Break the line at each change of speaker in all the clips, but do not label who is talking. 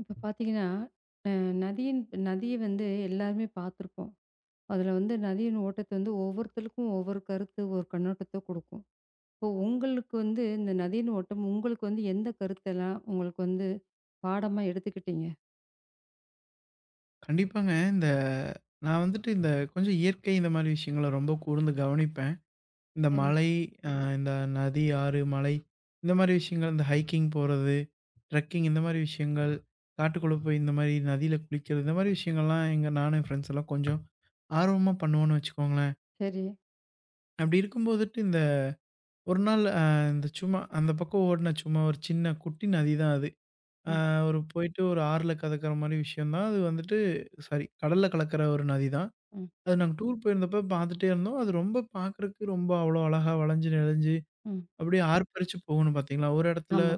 இப்ப பார்த்தீங்கன்னா, அ நதியின் நதிய வந்து எல்லாருமே பார்த்துருப்போம். அதுல வந்து நதியின் ஓட்டத்த வந்து ஒவ்வொருத்தருக்கும் ஒவ்வொரு கருத்து, ஒரு கண்ணோட்டத்த குடுக்கும். இப்போ உங்களுக்கு வந்து இந்த நதியின் ஓட்டம் உங்களுக்கு வந்து எந்த கருத்தெல்லாம் உங்களுக்கு வந்து பாடமா எடுத்துக்கிட்டீங்க?
கண்டிப்பாங்க. நான் வந்துட்டு இந்த கொஞ்சம் இயற்கை இந்த மாரி விஷயங்கள ரொம்ப கூர்ந்து கவனிப்பேன். இந்த
சரி,
மலை, அ இந்த நதி, ஆறு, மலை இந்த மாரி விஷயங்கள், இந்த ஹைக்கிங் போறது, ட்ரெக்கிங் இந்த மாரி விஷயங்கள், காட்டுக்குள்ள போய் இந்த மாரி நதியில குளிக்கிறது, இந்த மாரி விஷயங்கள்லாம் எங்க நானும் என் ஃப்ரெண்ட்ஸ் எல்லாம் கொஞ்சம் ஆர்வமா பண்ணுவோன்னு வச்சுக்கோங்களேன்.
சரி.
அப்படி இருக்கும் போதுட்டு இந்த ஒரு நாள் இந்த சும்மா அந்த பக்கம் ஓடுன சும்மா ஒரு சின்ன குட்டி நதி தான் அது. அ
ம்,
ஒரு போயிட்டு ஒரு ஆறுல கலக்கிற மாரி விஷயம் தான். அது வந்துட்டு சாரி கடல்ல கலக்கிற ஒரு நதி தான்.
ம்,
அது நாங்க டூர் போயிருந்தப்ப பார்த்துட்டே இருந்தோம். அது ரொம்ப பார்க்கறக்கு ரொம்ப அவ்வளோ அழகா வளஞ்சு, நெளிஞ்சு
ம்.
அப்படியே ஆர்ப்பரிச்சு போகணும். பார்த்தீங்களா? ஒரு இடத்துல
ஆமா,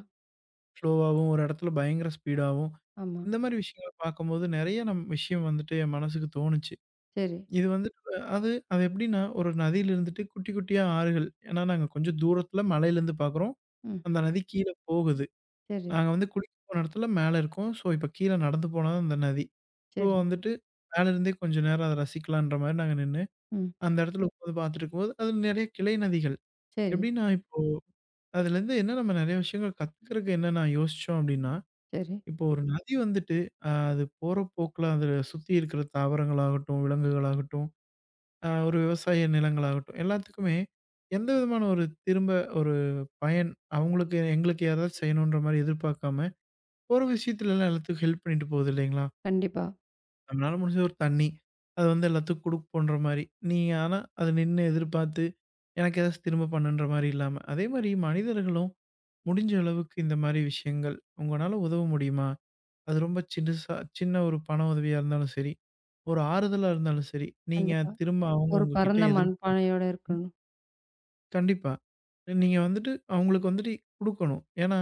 ஸ்லோவாவும், ஒரு இடத்துல பயங்கர ஸ்பீடாவும்
ஆமா.
இந்த மாரி விஷயங்கள பார்க்கும்போது நெறைய நம் விஷயம் வந்துட்டு என் மனசுக்கு தோணுச்சு.
சரி.
இது வந்துட்டு அது அது எப்படின்னா, ஒரு நதியில இருந்துட்டு குட்டி குட்டியா ஆறுகள். ஏன்னா நாங்க கொஞ்சம் தூரத்துல மலையிலேருந்து பார்க்குறோம்.
ம்.
அந்த நதி கீழ போகுது.
சரி,
நாங்க வந்து குளிக்க போன இடத்துல மேல இருக்கோம். ஸோ இப்ப கீழ நடந்து போனா தான் அந்த நதி. ஸோ
சரி.
வந்துட்டு மேல இருந்தே கொஞ்ச நேரம் அத ரசிக்கலான்ற மாரி நாங்க நின்னு
ம்.
அந்த இடத்துல உட்காந்து பார்த்துட்டுருக்கும்போது, அதில நெறைய கிளை நதிகள்.
சரி,
எப்படின்னா, இப்போ அதுலேருந்து என்ன நம்ம நெறைய விஷயங்கள் கத்துக்கிறதுக்கு என்ன நான் யோசிச்சோம் அப்படின்னா,
சரி.
இப்போ ஒரு நதி வந்துட்டு, அது போற போக்குல அதில சுத்தி இருக்கிற தாவரங்களாகட்டும், விலங்குகளாகட்டும், ஒரு விவசாய நிலங்களாகட்டும், எல்லாத்துக்குமே எந்த விதமான ஒரு திரும்ப ஒரு பயன் அவங்களுக்கு எங்களுக்கு யாராவது செய்யணுன்ற மாரி எதிர்பார்க்காம, போற விஷயத்துலலாம் எல்லாத்துக்கும் ஹெல்ப் பண்ணிட்டு போகுது இல்லைங்களா?
கண்டிப்பா,
நம்மளால முடிஞ்ச ஒரு தண்ணி. அது வந்து எல்லாத்துக்கும் குடுப்போன்ற மாரி. நீங்க ஆனா அத நின்னு எதிர்பார்த்து, எனக்கு ஏதாச்சும் திரும்ப பண்ணுன்ற மாரி இல்லாம, அதே மாரி மனிதர்களும் முடிஞ்ச அளவுக்கு இந்த மாரி விஷயங்கள், உங்கனால உதவ முடியுமா? அது ரொம்ப சின்னசா சின்ன ஒரு பண உதவியா இருந்தாலும் சரி, ஒரு ஆறுதலா இருந்தாலும் சரி, நீங்க
கண்டிப்பா.
திரும்ப அவங்க
ஒரு
உங்ககிட்ட
பரந்த
எதிர்பார்த்து
மண்பானையோட இருக்கணும்.
கண்டிப்பா. நீங்க வந்துட்டு அவங்களுக்கு வந்துட்டு குடுக்கணும். ஏன்னா,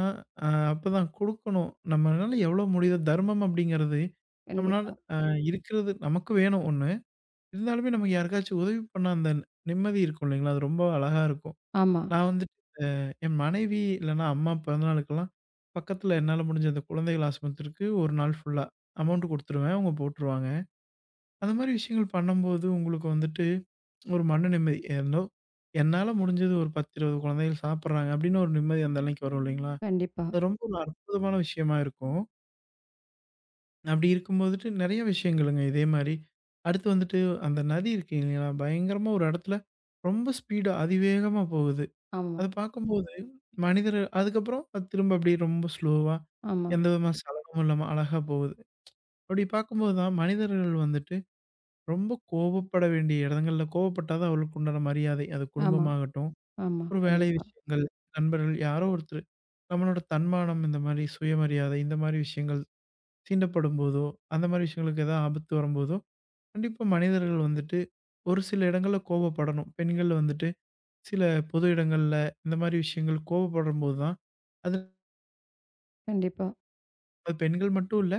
அ அப்பதான் குடுக்கணும். நம்மனால எவ்வளோ முடியுதோ தர்மம் அப்படிங்கிறது, நம்மனால
கண்டிப்பா.
அ இருக்கிறது நமக்கு வேணும் ஒண்ணு. இருந்தாலுமே நமக்கு யாருக்காச்சும் உதவி பண்ணா அந்த நிம்மதி இருக்கும் இல்லைங்களா? அது ரொம்ப அழகா இருக்கும்.
ஆமா.
நான் வந்துட்டு என் மனைவி இல்லன்னா அம்மா பிறந்தநாளுக்கெல்லாம் பக்கத்துல என்னால முடிஞ்ச அந்த குழந்தைகள் ஆஸ்பத்திரிக்கு 1 நாள் ஃபுல்லா அமௌண்ட் குடுத்துருவேன். அவங்க போட்டுருவாங்க. அந்த மாரி விஷயங்கள் பண்ணும்போது உங்களுக்கு வந்துட்டு ஒரு மன நிம்மதி. ஏனோ என்னால முடிஞ்சது ஒரு 10, 20 குழந்தைகள் சாப்பிடுறாங்க அப்படின்னு ஒரு நிம்மதி அந்த அன்னைக்கு வரும் இல்லைங்களா?
கண்டிப்பா.
அது ரொம்ப ஒரு அற்புதமான விஷயமா இருக்கும். அப்படி இருக்கும் போதுட்டு நெறைய விஷயங்களுங்க இதே மாரி. அடுத்து வந்துட்டு அந்த நதி இருக்கு இல்லைங்களா? பயங்கரமா ஒரு இடத்துல ரொம்ப ஸ்பீடா அதிவேகமா போகுது.
ஆமா,
அத பார்க்கும்போது மனிதர் அதுக்கப்புறம் அது திரும்ப அப்படியே ரொம்ப ஸ்லோவா
ஆமா,
எந்த விதமான சலனமும் இல்லாம அழகா போகுது. அப்படி பார்க்கும்போது தான் மனிதர்கள் வந்துட்டு ரொம்ப கோபப்பட வேண்டிய இடங்கள்ல கோவப்பட்டா தான் அவர்களுக்கு உண்டான மரியாதை. அது
ஆமா.
குடும்பமாகட்டும்,
ஆமா.
ஒரு வேலை
கண்டிப்பா,
விஷயங்கள், நண்பர்கள் யாரோ ஒருத்தர் நம்மளோட தன்மானம் இந்த மாரி சுயமரியாதை இந்த மாரி விஷயங்கள் சீண்டப்படும்போதோ, அந்த மாரி விஷயங்களுக்கு ஏதாவது ஆபத்து வரும்போதோ, கண்டிப்பா மனிதர்கள் வந்துட்டு ஒரு சில இடங்கள்ல கோபப்படணும். பெண்கள் வந்துட்டு சில பொது இடங்கள்ல இந்த மாரி விஷயங்கள் கோபப்படும்போது தான், அது
கண்டிப்பா.
அது பெண்கள் மட்டும் இல்ல,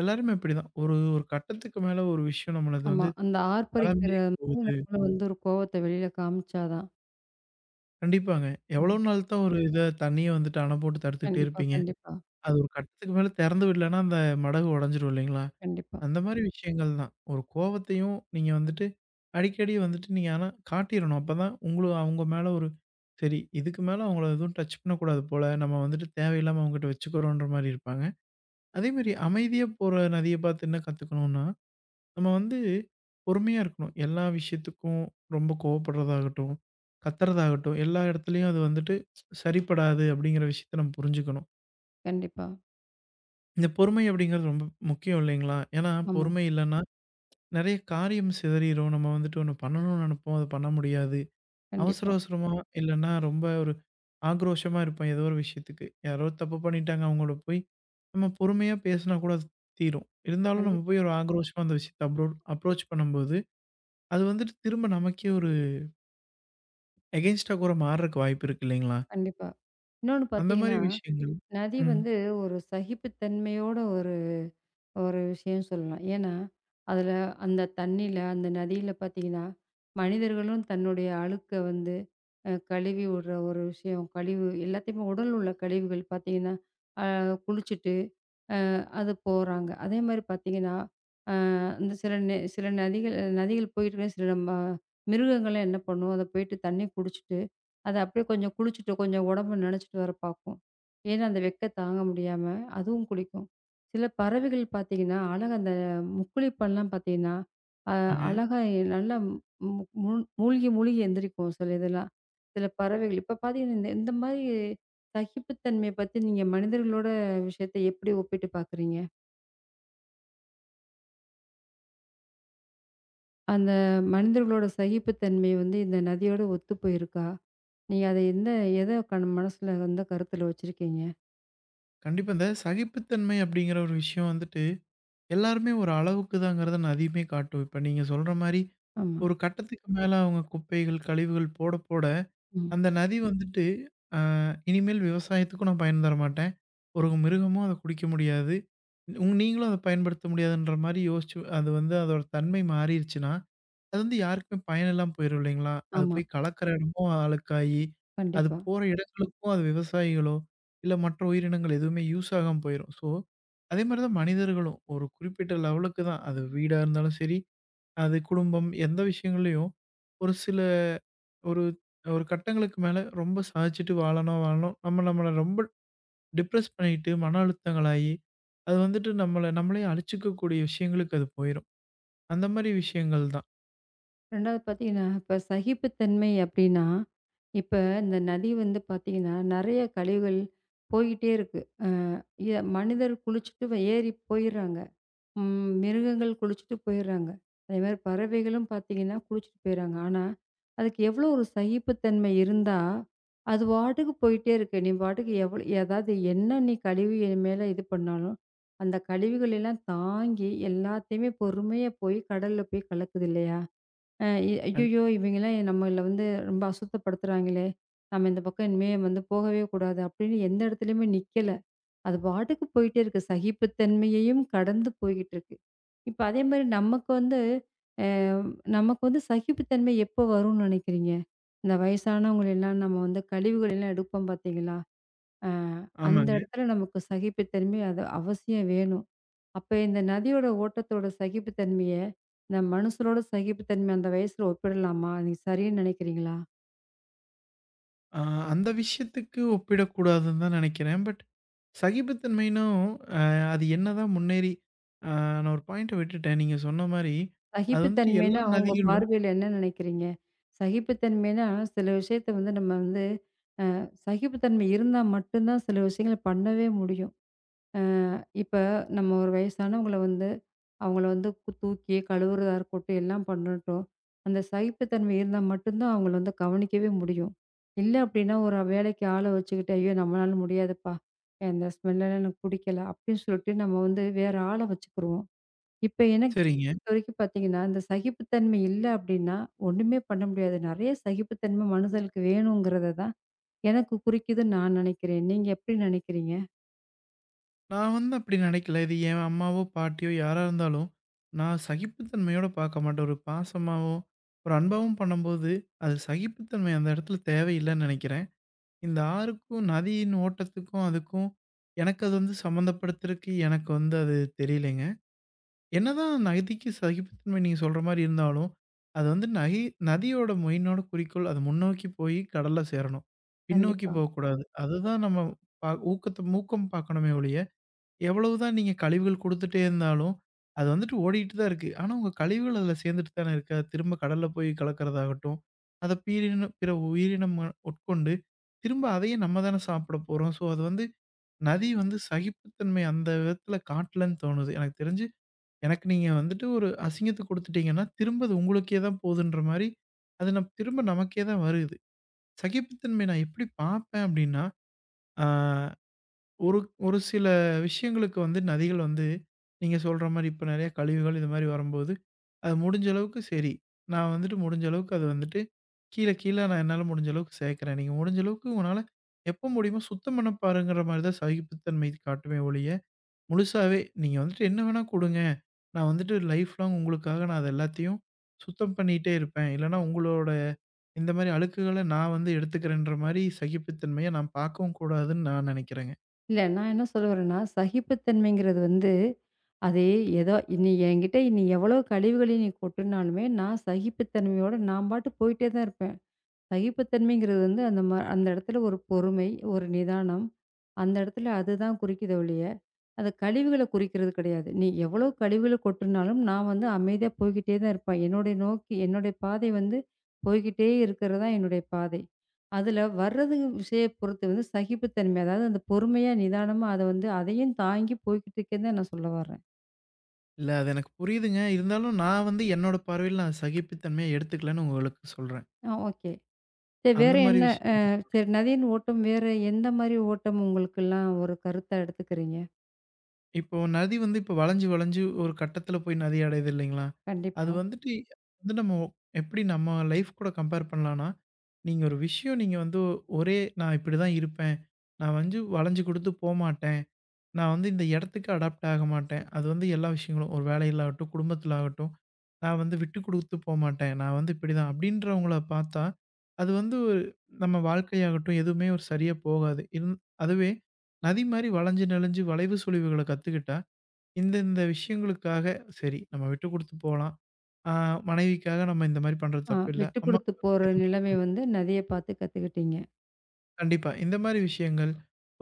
எல்லாருமே அப்படிதான். ஒரு ஒரு கட்டத்துக்கு மேல ஒரு விஷயம் நம்மளது
ஆமா.
வந்து
அந்த
தலை
ஆர்ப்பரிக்கிற
மீறி
மாரி
போகுது.
நம்மளும் வந்து ஒரு கோவத்த வெளியில காமிச்சா தான்.
கண்டிப்பாங்க. எவ்வளோ
ம்.
நாள் தான் ஒரு இத தண்ணிய வந்துட்டு அண போட்டு தடுத்துக்கிட்டே
கண்டிப்பா,
இருப்பீங்க.
கண்டிப்பா,
அது ஒரு கட்டத்துக்கு மேல திறந்து விடலன்னா அந்த மடகு உடைஞ்சிரும் இல்லைங்களா?
கண்டிப்பா,
அந்த மாரி விஷயங்கள் தான். ஒரு கோவத்தையும் நீங்க வந்துட்டு அடிக்கடி வந்துட்டு நீங்க ஆனா காட்டிறணும். அப்பதான் உங்களும் அவங்க மேல ஒரு சரி இதுக்கு மேல அவங்கள எதுவும் டச் பண்ணக்கூடாது போல. நம்ம வந்துட்டு தேவையில்லாம அவங்ககிட்ட வச்சுக்கிறோன்ற மாரி இருப்பாங்க. அதேமாரி அமைதியா போற நதிய பார்த்து என்ன கத்துக்கணும்னா, நம்ம வந்து பொறுமையா இருக்கணும். எல்லா விஷயத்துக்கும் ரொம்ப கோவப்படுறதாகட்டும், கத்துறதாகட்டும், எல்லா இடத்துலயும் அது வந்துட்டு சரிப்படாது அப்படிங்கிற விஷயத்த நம்ம புரிஞ்சுக்கணும்.
கண்டிப்பா.
இந்த பொறுமை அப்படிங்கிறது ரொம்ப முக்கியம் இல்லைங்களா? ஏன்னா
ஆமா.
பொறுமை இல்லன்னா நெறைய காரியம் சிதறிரும். நம்ம வந்துட்டு ஒண்ணு பண்ணணும்னு நெனப்போம். அது பண்ண முடியாது. அவசர
கண்டிப்பா,
அவசரமா இல்லன்னா ரொம்ப ஒரு ஆக்ரோஷமா இருப்பேன். ஏதோ ஒரு விஷயத்துக்கு. யாரோ தப்பு பண்ணிட்டாங்க அவங்களோட போய் நம்ம பொறுமையா பேசினா கூட அது தீரும். இருந்தாலும் நம்ம
கண்டிப்பா,
போய் ஒரு ஆக்ரோஷமா அந்த விஷயத்த அப்ரோச் பண்ணும்போது, அது வந்துட்டு திரும்ப நமக்கே ஒரு எகென்ஸ்ட்டா கூட மாறுறக்கு வாய்ப்பு இருக்கு இல்லைங்களா?
கண்டிப்பா. இன்னொன்னு
அந்த மாரி
பார்த்தீங்கன்னா,
விஷயங்கள்.
நதி
ம்.
வந்து ஒரு சகிப்புத்தன்மையோட ஒரு ஒரு விஷயம் சொல்லலாம். ஏன்னா, அதில அந்த தண்ணீல, அந்த நதியில பார்த்தீங்கன்னா, மனிதர்களும் தன்னுடைய அழுக்க வந்து கழுவி விடுற ஒரு விஷயம். கழிவு எல்லாத்தையுமே உடல் உள்ள கழிவுகள் பார்த்தீங்கன்னா, அ குளிச்சுட்டு அது போறாங்க. அதே மாரி பார்த்தீங்கன்னா, அ இந்த சில நதிகள் நதிகள் போயிட்டு இருக்க சில நம்ம மிருகங்கள்லாம் என்ன பண்ணும், அத போயிட்டு தண்ணி குடிச்சிட்டு, அத அப்படியே கொஞ்சம் குளிச்சுட்டு, கொஞ்சம் உடம்ப நனச்சுட்டு வர பார்க்கும். ஏன்னா, அந்த வெக்க தாங்க முடியாம அதுவும் குளிக்கும். சில பறவைகள் பார்த்தீங்கன்னா, அழகா அந்த முக்குளிப்பெல்லாம் பார்த்தீங்கன்னா, அ
வாங்க.
அழகா நல்லா மு மு மூழ்- மூழ்கி மூழ்கி எந்திரிக்கும் சில இதெல்லாம். சில பறவைகள் இப்ப பார்த்தீங்கன்னா, இந்த இந்த மாரி சகிப்புத்தன்மைய பத்தி நீங்க மனிதர்களோட விஷயத்த எப்படி ஒப்பிட்டு பார்க்குறீங்க? அந்த மனிதர்களோட சகிப்புத்தன்மை வந்து இந்த நதியோட ஒத்து போயிருக்கா? நீங்க அத எந்த எத கண் மனசுல வந்து கருத்துல வச்சிருக்கீங்க?
கண்டிப்பா இந்த சகிப்புத்தன்மை அப்படிங்கிற ஒரு விஷயம் வந்துட்டு எல்லாருமே ஒரு அளவுக்கு தாங்கிறத நான் அதிகமே காட்டுவேன். இப்ப நீங்க சொல்ற மாரி,
ஆமா.
ஒரு கட்டத்துக்கு மேல அவங்க குப்பைகள், கழிவுகள் போட போட,
ம்.
அந்த நதி வந்துட்டு, அ இனிமேல் விவசாயத்துக்கும் நான் பயன் தரமாட்டேன். ஒரு மிருகமும் அத குடிக்க முடியாது. நீங்களும் அத பயன்படுத்த முடியாதுன்ற மாரி யோசிச்சு அது வந்து அதோட தன்மை மாறிருச்சுன்னா, அது வந்து யாருக்குமே பயன் இல்லாம போயிரும் இல்லைங்களா? அது
ஆமா.
போய் கலக்கிற இடமும் அழுக்காயி, அது
கண்டிப்பா.
போற இடங்களுக்கும் அது விவசாயிகளோ, இல்ல மற்ற உயிரினங்கள் எதுவுமே யூஸ் ஆகாம போயிரும். ஸோ, அதே மாரி தான் மனிதர்களும். ஒரு குறிப்பிட்ட லெவலுக்கு தான். அது வீடா இருந்தாலும் சரி, அது குடும்பம் எந்த விஷயங்கள்லயும் ஒரு சில ஒரு ஒரு கட்டங்களுக்கு மேல ரொம்ப சாதிச்சுட்டு வாழணும், வாழணும். நம்ம நம்மள ரொம்ப டிப்ரஸ் பண்ணிட்டு, மன அழுத்தங்களாகி, அது வந்துட்டு நம்மள நம்மளே அழிச்சுக்கக்கூடிய விஷயங்களுக்கு அது போயிரும். அந்த மாரி விஷயங்கள் தான்.
2வது பார்த்தீங்கன்னா, இப்ப சகிப்புத்தன்மை அப்டின்னா, இப்ப இந்த நதி வந்து பார்த்தீங்கன்னா, நெறைய கழிவுகள் போயிட்டே இருக்கு. அ எ மனிதர் குளிச்சுட்டு ஏறி போயிர்றாங்க. ம். மிருகங்கள் குளிச்சுட்டு போயிர்றாங்க. அதேமாரி பறவைகளும் பார்த்தீங்கன்னா, குளிச்சுட்டு போயிர்றாங்க. ஆனா, அதுக்கு எவ்வளோ ஒரு சகிப்புத்தன்மை இருந்தா, அது பாட்டுக்கு போயிட்டே இருக்கு. நீ பாட்டுக்கு எவ்வளோ அதாவது என்ன நீ கழிவு என் மேல இது பண்ணாலும், அந்த கழிவுகள் எல்லாம் தாங்கி எல்லாத்தையுமே பொறுமையா போய் கடல்ல போய் கலக்குது இல்லையா? அ
அன்
ஐய்யயோ! இவைங்கலாம் நம்மள வந்து ரொம்ப அசுத்தப்படுத்துறாங்களே! நம்ம இந்த பக்கம் இனிமே வந்து போகவே கூடாது. அப்படின்னு எந்த இடத்துலயுமே நிக்கல. அது பாட்டுக்கு போயிட்டே இருக்கு. சகிப்புத்தன்மையையும் கடந்து போய்கிட்டு இருக்கு. இப்ப அதே மாரி அ நமக்கு வந்து சகிப்புத்தன்மை எப்போ வரும்னு நெனைக்கிறீங்க? இந்த வயசானவங்கள எல்லாம் நம்ம வந்து கழிவுகள் எல்லாம் எடுப்போம் பார்த்தீங்களா? அ அந்த
ஆமாங்க.
இடத்துல நமக்கு சகிப்புத்தன்மை அது அவசியம் வேணும். அப்ப இந்த நதியோட ஓட்டத்தோட சகிப்புத்தன்மைய, இந்த மனுஷரோட சகிப்புத்தன்மை அந்த வயசுல ஒப்பிடலாமா? நீங்க சரின்னு நெனைக்கிறீங்களா?
அ அந்த விஷயத்துக்கு ஒப்பிடக்கூடாதுன்னு தான் நெனைக்கிறேன். பட் சகிப்புத்தன்மைனும் அ அது என்னதான் முன்னேறி அ நான் ஒரு பாயிண்ட்ட விட்டுட்டேன். நீங்க சொன்ன மாரி, அது வந்துட்டு எல்லா
சகிப்புத்தன்மைன்னா உங்க
நதிகளும்
பார்வையில என்ன நெனைக்கிறீங்க? சகிப்புத்தன்மைன்னா சில விஷயத்த வந்து நம்ம வந்து சகிப்புத்தன்மை இருந்தா மட்டும் தான் சில விஷயங்கள பண்ணவே முடியும். அ இப்ப நம்ம ஒரு வயசானவங்கள வந்து, அவங்கள வந்து தூக்கி கழுவுறதா இருக்கட்டும், எல்லாம் பண்ணட்டும். அந்த சகிப்புத்தன்மை இருந்தா மட்டும் தான் அவங்கள வந்து கவனிக்கவே முடியும். இல்ல அப்டின்னா ஒரு வேலைக்கு ஆள வச்சுக்கிட்டு, "ஐயோ! நம்மளால முடியாதுப்பா. இந்த ஸ்மெல்லாம் எனக்கு புடிக்கல" அப்டின்னு சொல்லிட்டு நம்ம வந்து வேற ஆள வச்சுக்குருவோம். இப்ப எனக்கு
சரிங்க.
பொறுத்தவரைக்கும் பார்த்தீங்கன்னா, இந்த சகிப்புத்தன்மை இல்ல அப்டின்னா, ஒண்ணுமே பண்ண முடியாது. நெறைய சகிப்புத்தன்மை மனிதனுக்கு வேணுங்கிறத தான் எனக்கு குறிக்குதுன்னு நான் நினைக்கிறேன். நீங்க எப்படி நினைக்கிறீங்க?
நான் வந்து அப்படி நினைக்கல. இது என் அம்மாவோ, பாட்டியோ யாரா இருந்தாலும், நான் சகிப்புத்தன்மையோட பார்க்க மாட்டேன். ஒரு பாசமாவும், ஒரு அன்பாவும் பண்ணும்போது, அது சகிப்புத்தன்மை அந்த இடத்துல தேவையில்லன்னு நெனைக்கிறேன். இந்த ஆறுக்கும் நதியின் ஓட்டத்துக்கும், அதுக்கும் எனக்கு அது வந்து சம்மந்தப்படுத்துறக்கு எனக்கு வந்து அது தெரியலைங்க. என்னதான் நதிக்கு சகிப்புத்தன்மை நீங்க சொல்ற மாரி இருந்தாலும், அது வந்து நதியோட மெயினோட குறிக்கோள் அது முன்னோக்கி போய் கடல்ல சேரணும். பின்னோக்கி
கண்டிப்பா.
போகக்கூடாது. அதுதான் நம்ம ஊக்கம் பார்க்கணுமே ஒழிய எவ்வளவுதான் நீங்க கழிவுகள் குடுத்துட்டே இருந்தாலும், அது வந்துட்டு ஓடிட்டு தான் இருக்கு. ஆனா உங்க கழிவுகள் அதுல சேர்ந்துட்டு தானே இருக்கு. அது திரும்ப கடல்ல போய் கலக்கிறதாகட்டும், அத பிற உயிரினம் உட்கொண்டு, திரும்ப அதையே நம்ம தானே சாப்பிட போறோம். ஸோ அது வந்து நதி வந்து சகிப்புத்தன்மை அந்த விதத்துல காட்டலன்னு தோணுது. எனக்கு தெரிஞ்சு எனக்கு நீங்க வந்துட்டு ஒரு அசிங்கத்த குடுத்துட்டீங்கன்னா, திரும்ப அது உங்களுக்கே தான் போதுன்ற மாரி, அது திரும்ப நமக்கே தான் வருது. சகிப்புத்தன்மை நான் எப்படி பார்ப்பேன் அப்படின்னா, ஆ ஒரு ஒரு சில விஷயங்களுக்கு வந்து நதிகள் வந்து நீங்க சொல்ற மாரி இப்ப நெறைய கழிவுகள் இது மாரி வரும்போது, அது முடிஞ்ச அளவுக்கு சரி. நான் வந்துட்டு முடிஞ்ச அளவுக்கு அது வந்துட்டு கீழ கீழ நான் என்னால முடிஞ்ச அளவுக்கு சேர்க்கிறேன். நீங்க முடிஞ்ச அளவுக்கு உங்கனால எப்ப முடியுமோ சுத்தம் பண்ண பாருங்கிற மாரி தான் சகிப்புத்தன்மை காட்டுமே ஒழிய, முழுசாவே நீங்க வந்துட்டு என்ன வேணா குடுங்க. நான் வந்துட்டு லைஃப் லாங் உங்களுக்காக நான் அது எல்லாத்தையும் சுத்தம் பண்ணிட்டே இருப்பேன். இல்லன்னா உங்களோட இந்த மாரி அழுக்குகள நான் வந்து எடுத்துக்கிறேன்ற மாரி சகிப்புத்தன்மைய நான் பார்க்கவும் கூடாதுன்னு நான் நெனைக்கிறேங்க.
இல்ல நான் என்ன சொல்ல வரேன்னா, சகிப்புத்தன்மைங்கிறது வந்து அது ஏதோ நீ என்கிட்ட நீ எவ்வளோ கழிவுகளை நீ கொட்டுனாலுமே, நான் சகிப்புத்தன்மையோட நான் பாட்டுக்கு போயிட்டே தான் இருப்பேன். சகிப்புத்தன்மைங்கிறது வந்து அந்த இடத்துல ஒரு பொறுமை, ஒரு நிதானம். அந்த இடத்துல அதுதான் குறிக்குதே ஒழிய, அந்த கழிவுகள குறிக்கிறது கிடையாது. நீ எவ்வளோ கழிவுகள கொட்டுனாலும், நான் வந்து அமைதியா போய்க்கிட்டே தான் இருப்பேன். என்னுடைய நோக்கி என்னுடைய பாதை வந்து போய்க்கிட்டே இருக்கிறது தான் என்னுடைய பாதை. அதில வர்றது விஷய பொறுத்து வந்து சகிப்புத்தன்மை. அதாவது அந்த பொறுமையா, நிதானமா அத வந்து அதையும் தாங்கி போய்க்கிட்டு இருக்கேன்னு தான் நான் சொல்ல வர்றேன்.
இல்ல அது எனக்கு புரியுதுங்க. இருந்தாலும் நான் வந்து என்னோட பார்வையில நான் சகிப்புத்தன்மைய எடுத்துக்கலன்னு உங்களுக்கு சொல்றேன்.
ஓகே. சரி
அந்த
வேற
மாரி
என்ன? அ
விஷயம் நான் சொல்றேன்.
சரி நதியின் ஓட்டம் வேற எந்த மாரி ஓட்டம் உங்களுக்கெல்லாம் ஒரு கருத்தா எடுத்துக்கிறீங்க?
இப்போ நதி வந்து இப்போ வளஞ்சு, வளஞ்சு ஒரு கட்டத்தில போய் நதி அடையுது இல்லைங்களா? அது
கண்டிப்பா.
வந்துட்டு வந்து நம்ம எப்படி நம்ம லைஃப் கூட கம்பேர் பண்ணலான்னா, நீங்க ஒரு விஷயம் நீங்க வந்து ஒரே நான் இப்படிதான் இருப்பேன். நான் வந்து வளைஞ்சு கொடுத்து போமாட்டேன். நான் வந்து இந்த இடத்துக்கு அடாப்ட் ஆக மாட்டேன். அது வந்து எல்லா விஷயங்களும் ஒரு வேலையில ஆகட்டும், குடும்பத்தில ஆகட்டும். நான் வந்து விட்டு குடுத்து போமாட்டேன். நான் வந்து இப்படிதான் அப்படின்றவங்கள பார்த்தா, அது வந்து ஒரு நம்ம வாழ்க்கையாகட்டும் எதுவுமே ஒரு சரியா போகாது. அதுவே நதி மாரி வளைஞ்சு நெளிஞ்சு வளைவு சுழிவுகள கத்துக்கிட்டா, இந்த இந்த விஷயங்களுக்காக சரி நம்ம விட்டு குடுத்து போலாம். ஆ மனைவிக்காக நம்ம இந்த மாரி பண்றது
ஆ
தப்பில்ல.
விட்டு
அம்மா
குடுத்து போற நிலைமை வந்து நதிய பார்த்து கத்துக்கிட்டீங்க.
கண்டிப்பா. இந்த மாரி விஷயங்கள்,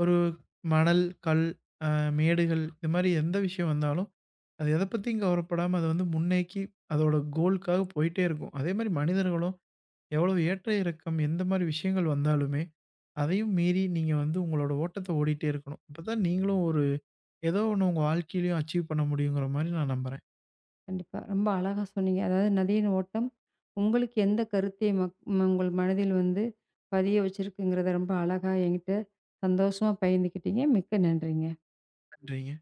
ஒரு மணல், கல், அ மேடுகள் இது மாரி எந்த விஷயம் வந்தாலும், அது எத பத்தியும் கவலைப்படாம அது வந்து முன்னேக்கி அதோட கோல்க்காக போயிட்டே இருக்கும். அதே மாரி மனிதர்களும் எவ்வளோ ஏற்ற இறக்கம் எந்த மாரி விஷயங்கள் வந்தாலுமே, அதையும் மீறி நீங்க வந்து உங்களோட ஓட்டத்த ஓடிட்டே இருக்கணும். அப்பதான் நீங்களும் ஒரு ஏதோ ஒண்ணு உங்க வாழ்க்கையிலயும் அச்சீவ் பண்ண முடியுங்கிற மாரி நான் நம்புறேன்.
கண்டிப்பா. ரொம்ப அழகா சொன்னீங்க. அதாவது நதியின் ஓட்டம் உங்களுக்கு எந்த கருத்தை மக் ம உங்கள் மனதில் வந்து பதிய வச்சிருக்குங்கிறத ரொம்ப அழகா என்கிட்ட சந்தோஷமா பகிர்ந்துக்கிட்டீங்க. மிக்க நன்றிங்க.
நன்றிங்க.